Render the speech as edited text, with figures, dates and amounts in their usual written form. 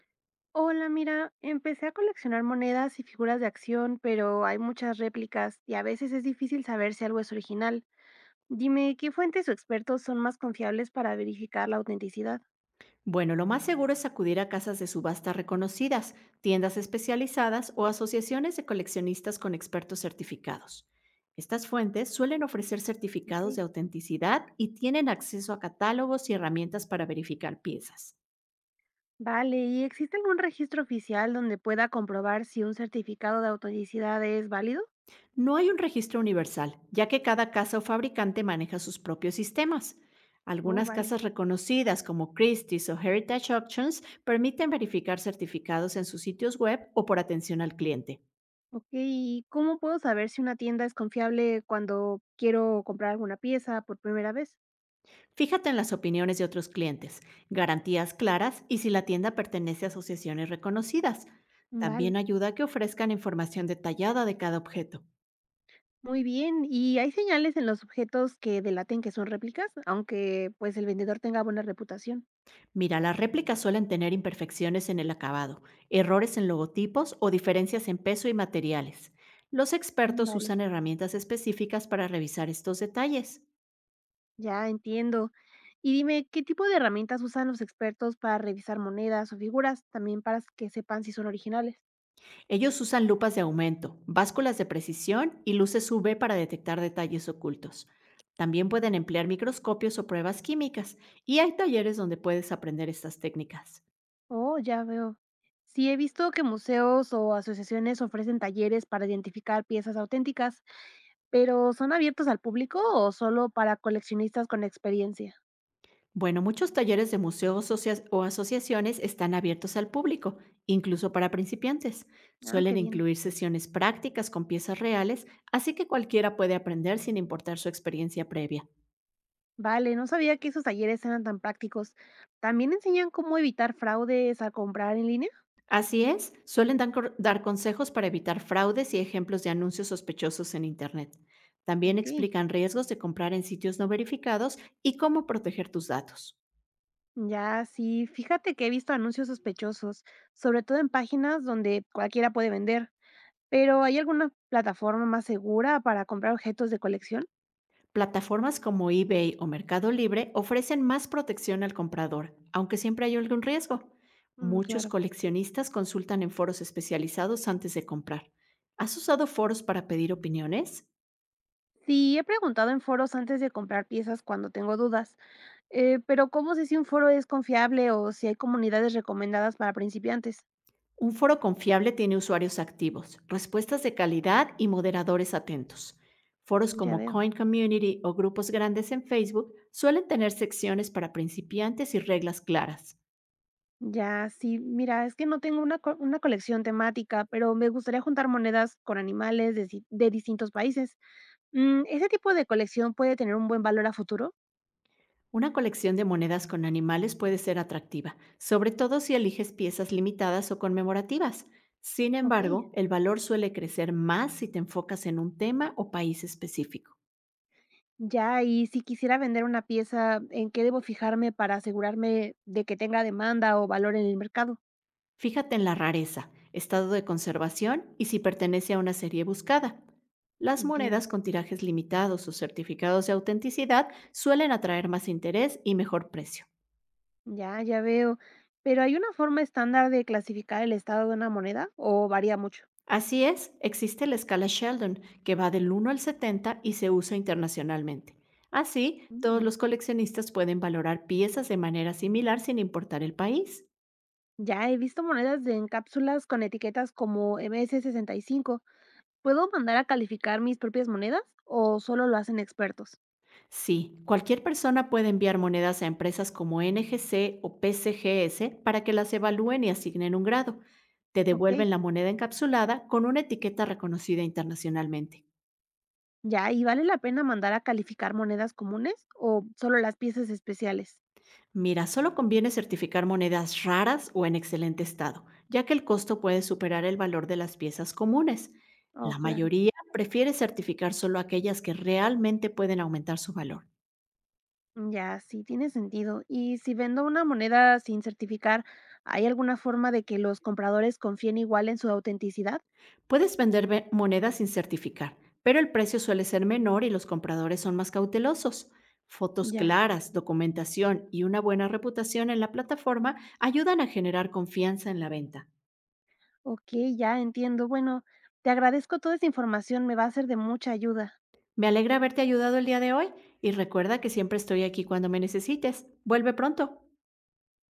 Hola, mira, empecé a coleccionar monedas y figuras de acción, pero hay muchas réplicas y a veces es difícil saber si algo es original. Dime, ¿qué fuentes o expertos son más confiables para verificar la autenticidad? Bueno, lo más seguro es acudir a casas de subasta reconocidas, tiendas especializadas o asociaciones de coleccionistas con expertos certificados. Estas fuentes suelen ofrecer Ok. certificados de autenticidad y tienen acceso a catálogos y herramientas para verificar piezas. Vale, ¿y existe algún registro oficial donde pueda comprobar si un certificado de autenticidad es válido? No hay un registro universal, ya que cada casa o fabricante maneja sus propios sistemas. Oh, Algunas vale. casas reconocidas como Christie's o Heritage Auctions permiten verificar certificados en sus sitios web o por atención al cliente. Ok, ¿y cómo puedo saber si una tienda es confiable cuando quiero comprar alguna pieza por primera vez? Fíjate en las opiniones de otros clientes, garantías claras y si la tienda pertenece a asociaciones reconocidas. Vale. También ayuda a que ofrezcan información detallada de cada objeto. Muy bien, ¿y hay señales en los objetos que delaten que son réplicas, aunque pues el vendedor tenga buena reputación? Mira, las réplicas suelen tener imperfecciones en el acabado, errores en logotipos o diferencias en peso y materiales. Los Mm, expertos Vale, usan herramientas específicas para revisar estos detalles. ya entiendo. Y dime, ¿qué tipo de herramientas usan los expertos para revisar monedas o figuras? También para que sepan si son originales. Ellos usan lupas de aumento, básculas de precisión y luces UV para detectar detalles ocultos. También pueden emplear microscopios o pruebas químicas, y hay talleres donde puedes aprender estas técnicas. Oh, ya veo. Sí, he visto que museos o asociaciones ofrecen talleres para identificar piezas auténticas, pero ¿son abiertos al público o solo para coleccionistas con experiencia? Bueno, muchos talleres de museos o asociaciones están abiertos al público, incluso para principiantes. Ah, Suelen qué bien. incluir sesiones prácticas con piezas reales, así que cualquiera puede aprender sin importar su experiencia previa. Vale, no sabía que esos talleres eran tan prácticos. ¿También enseñan cómo evitar fraudes al comprar en línea? Así es, suelen dar consejos para evitar fraudes y ejemplos de anuncios sospechosos en Internet. También Ok, explican riesgos de comprar en sitios no verificados y cómo proteger tus datos. ya sí, fíjate que he visto anuncios sospechosos, sobre todo en páginas donde cualquiera puede vender, pero ¿hay alguna plataforma más segura para comprar objetos de colección? Plataformas como eBay o Mercado Libre ofrecen más protección al comprador, aunque siempre hay algún riesgo. Mm, Muchos claro. coleccionistas consultan en foros especializados antes de comprar. ¿Has usado foros para pedir opiniones? Sí, he preguntado en foros antes de comprar piezas cuando tengo dudas, pero ¿cómo sé si un foro es confiable o si hay comunidades recomendadas para principiantes? Un foro confiable tiene usuarios activos, respuestas de calidad y moderadores atentos. Foros Ya como veo. Coin Community o grupos grandes en Facebook suelen tener secciones para principiantes y reglas claras. Ya, sí, mira, es que no tengo una colección temática, pero me gustaría juntar monedas con animales de, si- de distintos países. Mm, ¿ese tipo de colección puede tener un buen valor a futuro? Una colección de monedas con animales puede ser atractiva, sobre todo si eliges piezas limitadas o conmemorativas. Sin Ok. embargo, el valor suele crecer más si te enfocas en un tema o país específico. Ya, y si quisiera vender una pieza, ¿en qué debo fijarme para asegurarme de que tenga demanda o valor en el mercado? Fíjate en la rareza, estado de conservación y si pertenece a una serie buscada. Las Entiendo. monedas con tirajes limitados o certificados de autenticidad suelen atraer más interés y mejor precio. Ya, ya veo. Pero ¿hay una forma estándar de clasificar el estado de una moneda o varía mucho? Así es, existe la escala Sheldon, que va del 1 al 70 y se usa internacionalmente. Así, todos Mm. los coleccionistas pueden valorar piezas de manera similar sin importar el país. Ya he visto monedas de en cápsulas con etiquetas como MS65. ¿Puedo mandar a calificar mis propias monedas o solo lo hacen expertos? Sí, cualquier persona puede enviar monedas a empresas como NGC o PCGS para que las evalúen y asignen un grado. Te Ok, devuelven la moneda encapsulada con una etiqueta reconocida internacionalmente. ya, ¿y vale la pena mandar a calificar monedas comunes o solo las piezas especiales? Mira, solo conviene certificar monedas raras o en excelente estado, ya que el costo puede superar el valor de las piezas comunes. Oh, La claro. mayoría prefiere certificar solo aquellas que realmente pueden aumentar su valor. Ya, sí, tiene sentido. Y si vendo una moneda sin certificar, ¿hay alguna forma de que los compradores confíen igual en su autenticidad? Puedes vender monedas sin certificar, pero el precio suele ser menor y los compradores son más cautelosos. Fotos Ya, claras, documentación y una buena reputación en la plataforma ayudan a generar confianza en la venta. ok, ya entiendo. Bueno, te agradezco toda esa información, me va a ser de mucha ayuda. Me alegra haberte ayudado el día de hoy y recuerda que siempre estoy aquí cuando me necesites. Vuelve pronto.